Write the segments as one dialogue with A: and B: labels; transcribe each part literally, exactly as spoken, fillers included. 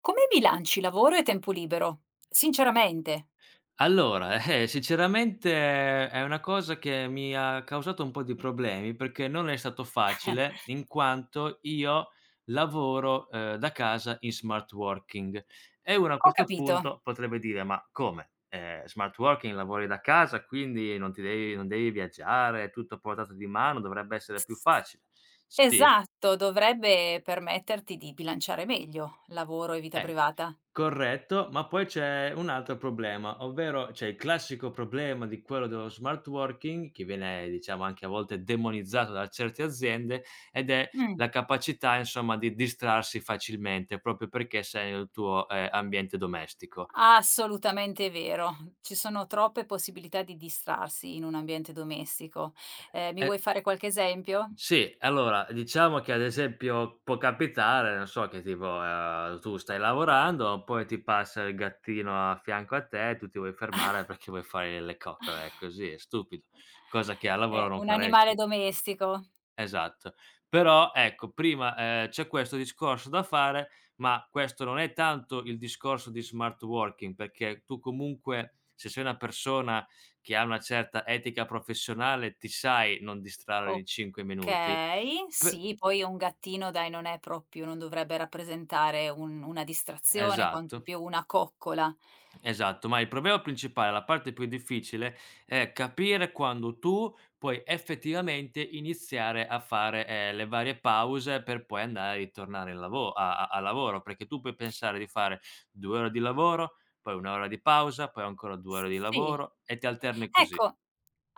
A: Come bilanci lavoro e tempo libero? Sinceramente,
B: Allora, eh, sinceramente è una cosa che mi ha causato un po' di problemi, perché non è stato facile in quanto io lavoro, ehm, da casa in smart working e uno a
A: ho
B: questo
A: capito.
B: punto potrebbe dire: "Ma come? Ehm, smart working, lavori da casa quindi non ti devi non devi viaggiare, è tutto a portata di mano, dovrebbe essere più
A: S
B: facile". Sì.
A: esatto, dovrebbe permetterti di bilanciare meglio lavoro e vita
B: eh
A: privata.
B: Corretto, ma poi c'è un altro problema, ovvero c'è il classico problema di quello dello smart working, che viene diciamo anche a volte demonizzato da certe aziende, ed è
A: Mh,
B: la capacità insomma di distrarsi facilmente, proprio perché sei nel tuo, ehm, ambiente domestico.
A: assolutamente vero. Ci sono troppe possibilità di distrarsi in un ambiente domestico. Ehm, mi
B: E
A: vuoi fare qualche esempio?
B: Sì, allora diciamo che ad esempio può capitare, non so, che tipo, ehm, tu stai lavorando, poi ti passa il gattino a fianco a te, tu ti vuoi fermare perché vuoi fare le coccole, è così, è stupido, cosa che al
A: Eh,
B: lavoro non
A: un animale
B: faresti.
A: domestico.
B: Esatto. Però ecco, prima, ehm, c'è questo discorso da fare, ma questo non è tanto il discorso di smart working, perché tu comunque, se sei una persona che ha una certa etica professionale, ti sai non distrarre ogni cinque minuti.
A: Okay,
B: P
A: sì, poi un gattino dai non è proprio non dovrebbe rappresentare un una distrazione, quanto
B: Esatto.
A: più una coccola.
B: Esatto, ma il problema principale, la parte più difficile, è capire quando tu puoi effettivamente iniziare a fare, ehm, le varie pause per poi andare e ritornare in lavo a a a lavoro, perché tu puoi pensare di fare due ore di lavoro, poi un' ora di pausa, poi ancora due ore di
A: Sì,
B: lavoro e ti alterni così.
A: ecco,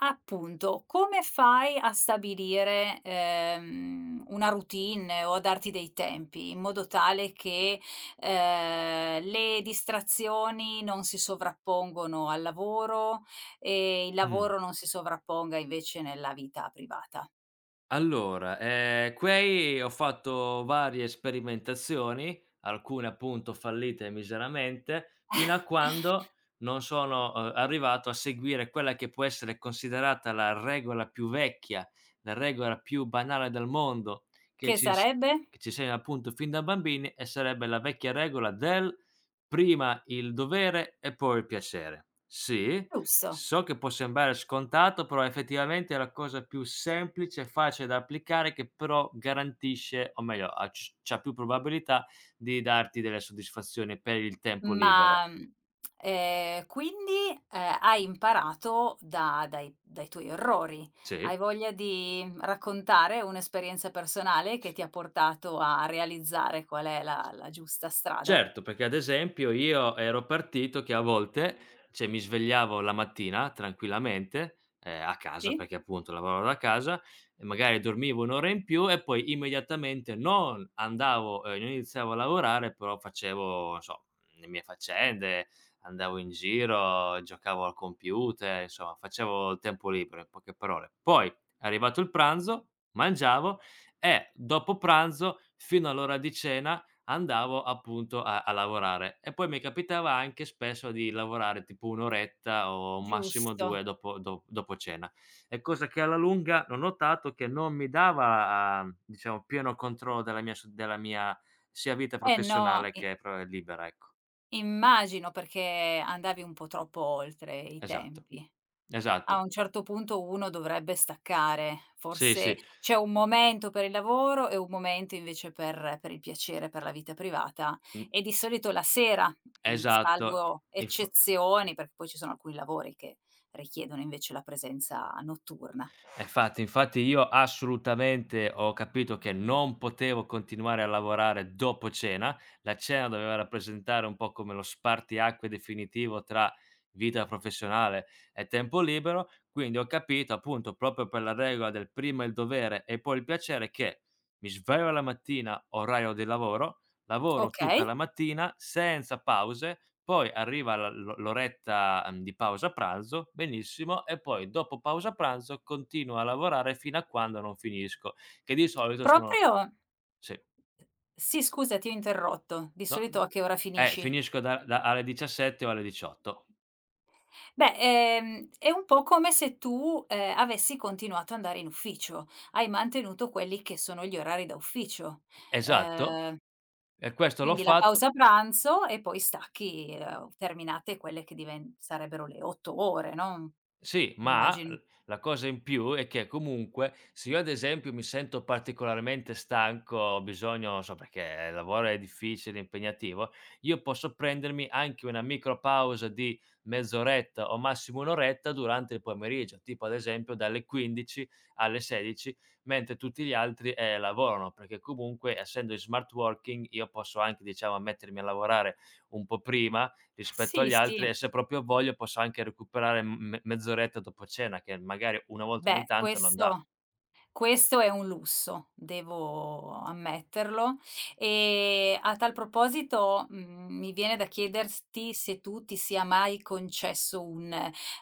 A: appunto, come fai a stabilire, ehm, una routine o a darti dei tempi, in modo tale che, ehm, le distrazioni non si sovrappongono al lavoro e il
B: Mh.
A: lavoro non si sovrapponga invece nella vita privata?
B: Allora, ehm, quei ho fatto varie sperimentazioni, alcune appunto fallite miseramente, fino a quando non sono, uhm, arrivato a seguire quella che può essere considerata la regola più vecchia, la regola più banale del mondo, che
A: Che
B: ci ins
A: sarebbe?
B: che ci insegna appunto fin da bambini e sarebbe la vecchia regola del: prima il dovere e poi il piacere. Sì.
A: Russo.
B: So che può sembrare scontato, però effettivamente è la cosa più semplice e facile da applicare che però garantisce o meglio ha c c'ha più probabilità di darti delle soddisfazioni per il tempo libero.
A: Ma, mhmm, ehm, quindi, ehm, hai imparato da dai dai tuoi errori. Hai
B: Sì.
A: voglia di mhmm, raccontare un'esperienza personale che ti ha portato a realizzare qual è la la giusta strada?
B: Certo, perché ad esempio io ero partito che a volte, cioè mi svegliavo la mattina tranquillamente, ehm, a casa
A: Sì.
B: perché appunto lavoravo da casa e magari dormivo un' ora in più e poi immediatamente non andavo ehm, non iniziavo a lavorare, però facevo, non so, le mie faccende, andavo in giro, giocavo al computer, insomma facevo il tempo libero in poche parole. Poi arrivato il pranzo, mangiavo e dopo pranzo fino all'ora di cena andavo appunto a a lavorare e poi mi capitava anche spesso di lavorare tipo un' oretta o massimo
A: Giusto.
B: due dopo do dopo cena. È cosa che alla lunga ho notato che non mi dava, uhm, diciamo pieno controllo della mia s della mia sia vita
A: Eh no,
B: professionale
A: i
B: che pro libera, ecco.
A: immagino perché andavi un po' troppo oltre i
B: Esatto,
A: tempi. A
B: esatto.
A: un certo punto uno dovrebbe staccare,
B: Sì,
A: forse
B: sì.
A: c'è un momento per il lavoro e un momento invece per per il piacere, per la vita privata
B: Mh,
A: e di solito la sera, mhmm,
B: esatto.
A: salvo
B: Inf
A: eccezioni, perché poi ci sono alcuni lavori che richiedono invece la presenza notturna.
B: Eh, infatti, infatti io assolutamente ho capito che non potevo continuare a lavorare dopo cena. La cena doveva rappresentare un po' come lo spartiacque definitivo tra vita professionale e tempo libero, quindi ho capito appunto proprio per la regola del prima il dovere e poi il piacere che mi sveglio la mattina, orario di lavoro, lavoro tutta
A: Okay,
B: la mattina senza pause, poi arriva la l'o l'oretta, uhm, di pausa pranzo, benissimo, e poi dopo pausa pranzo continuo a lavorare fino a quando non finisco, che di solito sono
A: proprio
B: sì,
A: sì, scusa, ti ho interrotto, di
B: no.
A: solito
B: mhmm,
A: a che ora
B: eh,
A: finisci?
B: Finisco da da alle diciassette o alle diciotto.
A: Beh, ehm, è un po' come se tu, ehm, avessi continuato ad andare in ufficio. Hai mantenuto quelli che sono gli orari da ufficio.
B: Esatto,
A: Ehm,
B: e questo l'ho
A: quindi la
B: fatto.
A: pausa pranzo e poi stacchi, ehm, terminate quelle che diven sarebbero le otto ore, no,
B: Sì, ma l
A: immagino.
B: la cosa in più è che comunque se io ad esempio mi sento particolarmente stanco, ho bisogno non so, perché il lavoro è difficile, impegnativo, io posso prendermi anche una micro pausa di mezz'oretta o massimo un' oretta durante il pomeriggio, tipo ad esempio dalle quindici alle sedici, mentre tutti gli altri, ehm, lavorano, perché comunque essendo in smart working io posso anche, diciamo, mettermi a lavorare un po' prima rispetto
A: Sì,
B: agli
A: sì.
B: altri e se proprio voglio posso anche recuperare m me mezz'oretta dopo cena che magari una volta ogni
A: Beh,
B: tanto non dà.
A: questo Questo è un lusso, devo ammetterlo. E a tal proposito, mhmm, mi viene da chiederti se tu ti sia mai concesso un,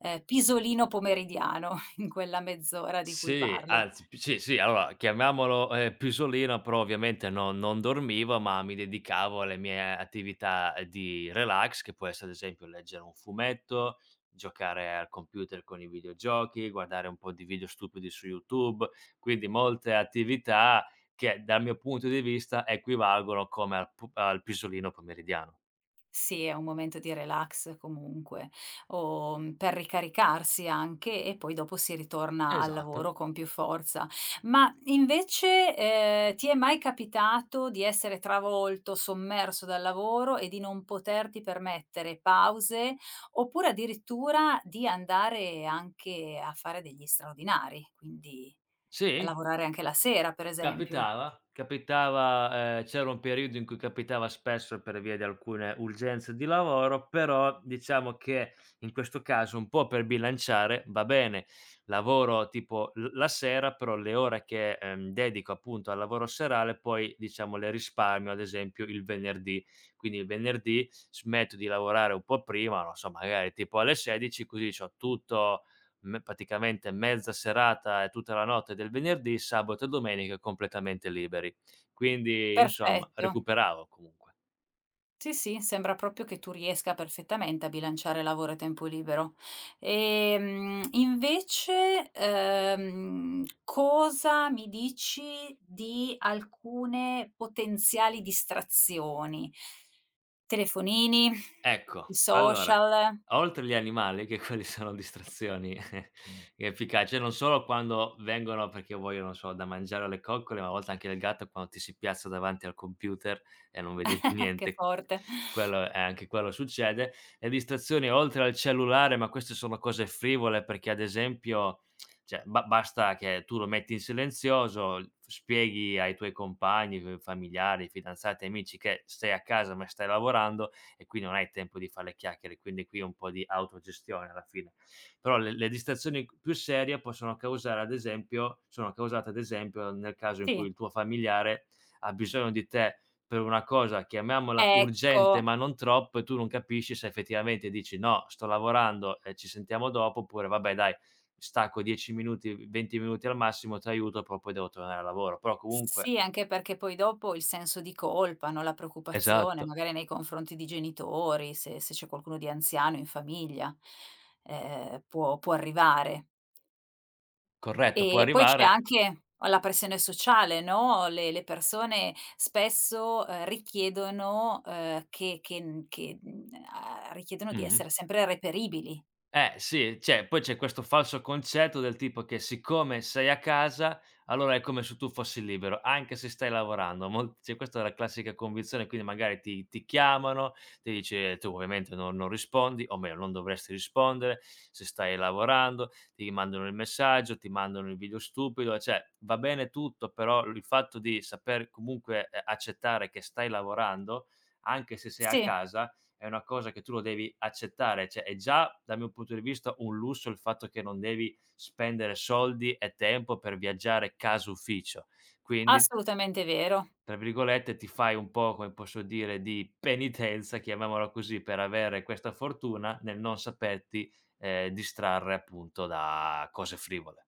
A: ehm, pisolino pomeridiano in quella mezz'ora di cui
B: Sì,
A: parli.
B: anzi p sì, sì, allora chiamiamolo, ehm, pisolino, però ovviamente no non dormivo, ma mi dedicavo alle mie attività di relax, che può essere ad esempio leggere un fumetto, giocare al computer con i videogiochi, guardare un po' di video stupidi su YouTube, quindi molte attività che dal mio punto di vista equivalgono come al pu al pisolino pomeridiano.
A: Sì, è un momento di relax comunque, o, mhmm, per ricaricarsi anche e poi dopo si ritorna al
B: Esatto.
A: lavoro con più forza. Ma invece, ehm, ti è mai capitato di essere travolto, sommerso dal lavoro e di non poterti permettere pause, oppure addirittura di andare anche a fare degli straordinari, quindi
B: Sì,
A: lavorare anche la sera per esempio?
B: capitava, capitava ehm, c'era un periodo in cui capitava spesso per via di alcune urgenze di lavoro, però diciamo che in questo caso un po' per bilanciare va bene, lavoro tipo l la sera, però le ore che, ehm, dedico appunto al lavoro serale poi diciamo le risparmio, ad esempio il venerdì. Quindi il venerdì smetto di lavorare un po' prima, non so, magari tipo alle sedici così c'ho tutto me praticamente mezza serata e tutta la notte del venerdì, sabato e domenica completamente liberi. Quindi insomma
A: Perfetto.
B: recuperavo comunque.
A: Sì, sì, sembra proprio che tu riesca perfettamente a bilanciare lavoro e tempo libero. Ehm, invece, ehm, cosa mi dici di alcune potenziali distrazioni? Telefonini, i
B: Ecco, allora,
A: social?
B: oltre gli animali che quelli sono distrazioni efficaci, non solo quando vengono perché vogliono, non so, da mangiare alle coccole, ma a volte anche il gatto quando ti si piazza davanti al computer e non vedi più
A: Che
B: niente.
A: forte.
B: Quello, eh, anche quello succede. Le distrazioni oltre al cellulare, ma queste sono cose frivole perché ad esempio, cioè ba basta che tu lo metti in silenzioso, spieghi ai tuoi compagni, familiari, fidanzati, amici che stai a casa ma stai lavorando e qui non hai tempo di fare le chiacchiere, quindi qui è un po' di autogestione alla fine. Però le le distrazioni più serie possono causare ad esempio sono causate ad esempio nel caso in cui
A: Sì,
B: il tuo familiare ha bisogno di te per una cosa, chiamiamola
A: ecco.
B: urgente, ma non troppo e tu non capisci se effettivamente dici: "No, sto lavorando e ci sentiamo dopo", oppure: "Vabbè dai, stacco dieci minuti, venti minuti al massimo, ti aiuto, però poi devo tornare al lavoro". Però comunque.
A: Sì, anche perché poi dopo il senso di colpa, no, la preoccupazione
B: Esatto.
A: magari nei confronti di genitori, se se c'è qualcuno di anziano in famiglia, ehm, può può arrivare.
B: Corretto, può
A: E poi c'è
B: arrivare.
A: anche la pressione sociale, no, le le persone spesso, ehm, richiedono, ehm, che che n che, mhmm, ehm, richiedono di
B: Mh-mh.
A: essere sempre reperibili.
B: Eh sì, cioè poi c'è questo falso concetto del tipo che siccome sei a casa, allora è come se tu fossi libero, anche se stai lavorando. Mol Cioè questa è la classica convinzione, quindi magari ti ti chiamano, ti dice tu ovviamente non non rispondi, o meglio non dovresti rispondere se stai lavorando, ti mandano il messaggio, ti mandano il video stupido, cioè va bene tutto, però il fatto di saper comunque, ehm, accettare che stai lavorando, anche se sei a
A: Sì,
B: casa è una cosa che tu lo devi accettare, cioè è già dal mio punto di vista un lusso il fatto che non devi spendere soldi e tempo per viaggiare casa ufficio. Quindi,
A: assolutamente vero.
B: tra virgolette, ti fai un po', come posso dire, di penitenza, chiamiamola così, per avere questa fortuna nel non saperti, ehm, distrarre appunto da cose frivole.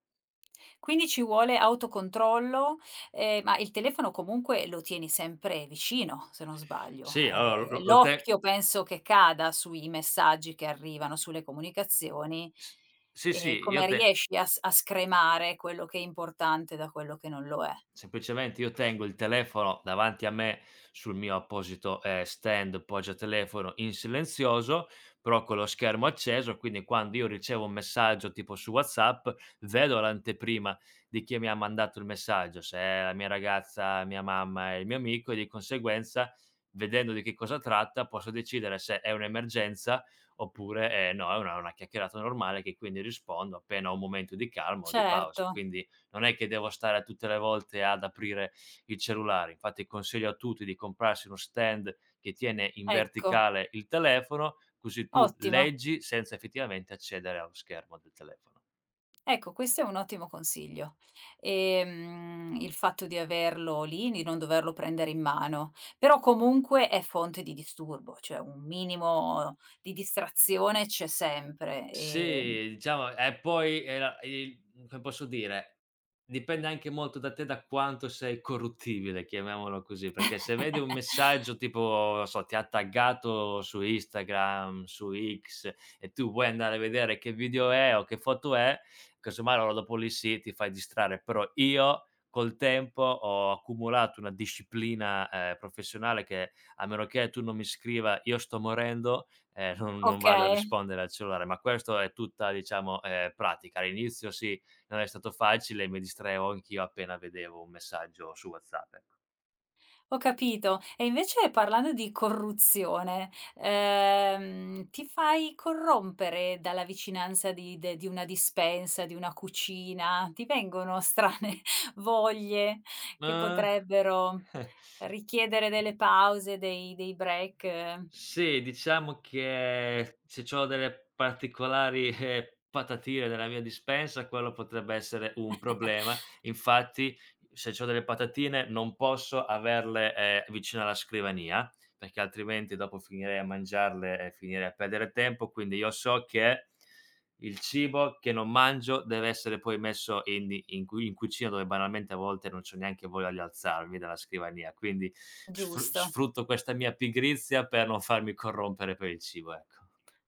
A: Quindi ci vuole autocontrollo, ehm, ma il telefono comunque lo tieni sempre vicino, se non sbaglio.
B: Sì, allora
A: Ehm,
B: lo lo te
A: l'occhio penso che cada sui messaggi che arrivano, sulle comunicazioni.
B: s sì,
A: E
B: sì.
A: come
B: io te
A: riesci a s a scremare quello che è importante da quello che non lo è.
B: Semplicemente io tengo il telefono davanti a me sul mio apposito, ehm, stand poggiatelefono in silenzioso, però con lo schermo acceso, quindi quando io ricevo un messaggio tipo su WhatsApp, vedo l'anteprima di chi mi ha mandato il messaggio, se è la mia ragazza, mia mamma e il mio amico e di conseguenza, vedendo di che cosa tratta, posso decidere se è un'emergenza oppure, ehm, no, è una una chiacchierata normale che quindi rispondo appena ho un momento di calma o di
A: Certo,
B: pausa. Quindi non è che devo stare tutte le volte ad aprire il cellulare. Infatti consiglio a tutti di comprarsi uno stand che tiene in
A: ecco,
B: verticale il telefono, così tu
A: ottimo.
B: leggi senza effettivamente accedere allo schermo del telefono.
A: Ecco, questo è un ottimo consiglio. Ehm, il fatto di averlo lì, di non doverlo prendere in mano, però comunque è fonte di disturbo, cioè un minimo di distrazione c'è sempre, ehm
B: Sì, diciamo e poi era il mhmm, come posso dire, dipende anche molto da te da quanto sei corruttibile, chiamiamolo così, perché se vedi un messaggio tipo, non so, ti ha taggato su Instagram, su X e tu vuoi andare a vedere che video è o che foto è, casomai allora dopo lì sì, ti fai distrarre. Però io col tempo ho accumulato una disciplina, ehm, professionale che a meno che tu non mi scriva: "Io sto morendo". Eh, non non vado a
A: okay.
B: rispondere al cellulare, ma questo è tutta diciamo, ehm, pratica. All'inizio sì, non è stato facile, mi distraevo anch'io appena vedevo un messaggio su WhatsApp, ecco.
A: Ho capito. E invece parlando di corruzione, ehm, ti fai corrompere dalla vicinanza di de di una dispensa, di una cucina? Ti vengono strane voglie che
B: Uhm,
A: potrebbero richiedere delle pause, dei dei break, eh,
B: sì, diciamo che se c'ho delle particolari, ehm, patatine nella mia dispensa, quello potrebbe essere un problema. Infatti, se c'ho delle patatine non posso averle, ehm, vicino alla scrivania, perché altrimenti dopo finirei a mangiarle e finirei a perdere tempo, quindi io so che il cibo che non mangio deve essere poi messo in in cui in cucina dove banalmente a volte non c'ho neanche voglia di alzarmi dalla scrivania, quindi sfru
A: giusto?
B: sfrutto questa mia pigrizia per non farmi corrompere per il cibo, ecco.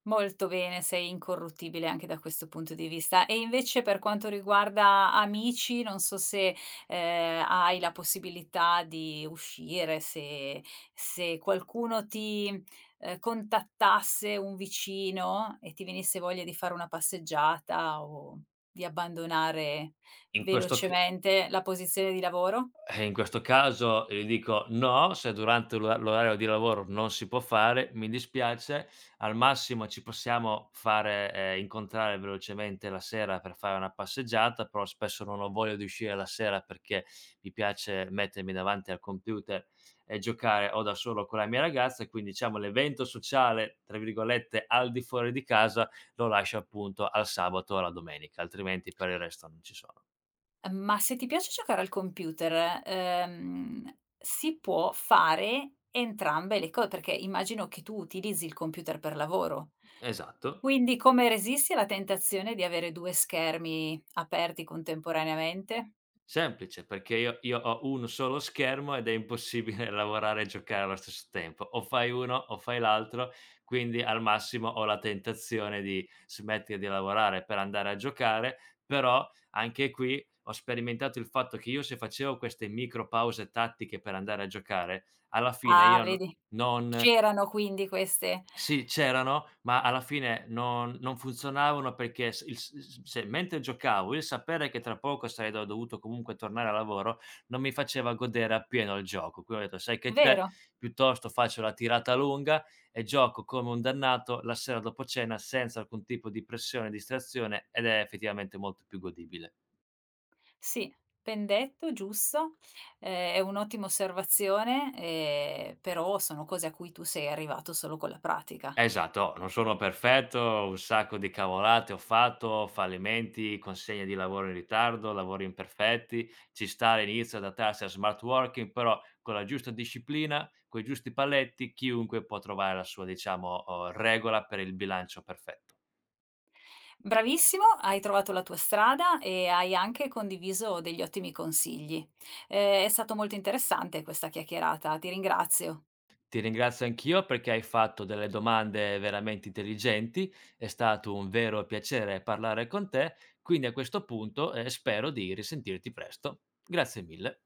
A: Molto bene, sei incorruttibile anche da questo punto di vista. E invece per quanto riguarda amici, non so se, ehm, hai la possibilità di uscire, se se qualcuno ti, ehm, contattasse, un vicino, e ti venisse voglia di fare una passeggiata o di abbandonare
B: In questo c
A: velocemente la posizione di lavoro?
B: Eh, in questo caso gli dico: "No, se durante l'ora l'orario di lavoro non si può fare, mi dispiace, al massimo ci possiamo fare ehm, incontrare velocemente la sera per fare una passeggiata, però spesso non ho voglia di uscire la sera perché mi piace mettermi davanti al computer e giocare o da solo con la mia ragazza e quindi diciamo l'evento sociale, tra virgolette, "al di fuori di casa" lo lascio appunto al sabato o alla domenica, altrimenti per il resto non ci sono."
A: Ma se ti piace giocare al computer, ehm, si può fare entrambe le co perché immagino che tu utilizzi il computer per lavoro.
B: Esatto.
A: Quindi come resisti alla tentazione di avere due schermi aperti contemporaneamente?
B: Semplice, perché io io ho un solo schermo ed è impossibile lavorare e giocare allo stesso tempo. O fai uno o fai l'altro, quindi al massimo ho la tentazione di smettere di lavorare per andare a giocare, però anche qui ho sperimentato il fatto che io se facevo queste micro pause tattiche per andare a giocare, alla fine
A: Ah,
B: io n
A: vedi.
B: non
A: C'erano quindi queste.
B: sì, c'erano, ma alla fine non non funzionavano perché s il s s se mentre giocavo, il sapere che tra poco sarei do dovuto comunque tornare al lavoro, non mi faceva godere appieno il gioco. Quindi ho detto: "Sai che c'è?
A: Vero,
B: Piuttosto faccio la tirata lunga e gioco come un dannato la sera dopo cena senza alcun tipo di pressione, distrazione ed è effettivamente molto più godibile."
A: sì, pendetto, giusto. Ehm, è un'ottima osservazione, ehm, però sono cose a cui tu sei arrivato solo con la pratica.
B: Esatto, oh,
A: Eh,
B: non sono
A: eh
B: perfetto, un sacco di cavolate ho fatto, fallimenti, consegne di lavoro in ritardo, lavori imperfetti, ci sta all'inizio adattarsi a smart working, però con la giusta disciplina, coi giusti paletti, chiunque può trovare la sua, diciamo, uhm, regola per il bilancio perfetto.
A: Bravissimo, hai trovato la tua strada e hai anche condiviso degli ottimi consigli. Eh, è stato molto interessante questa chiacchierata, ti ringrazio.
B: Ti ringrazio anch'io perché hai fatto delle domande veramente intelligenti, è stato un vero piacere parlare con te, quindi a questo punto, ehm, spero di risentirti presto. Grazie mille.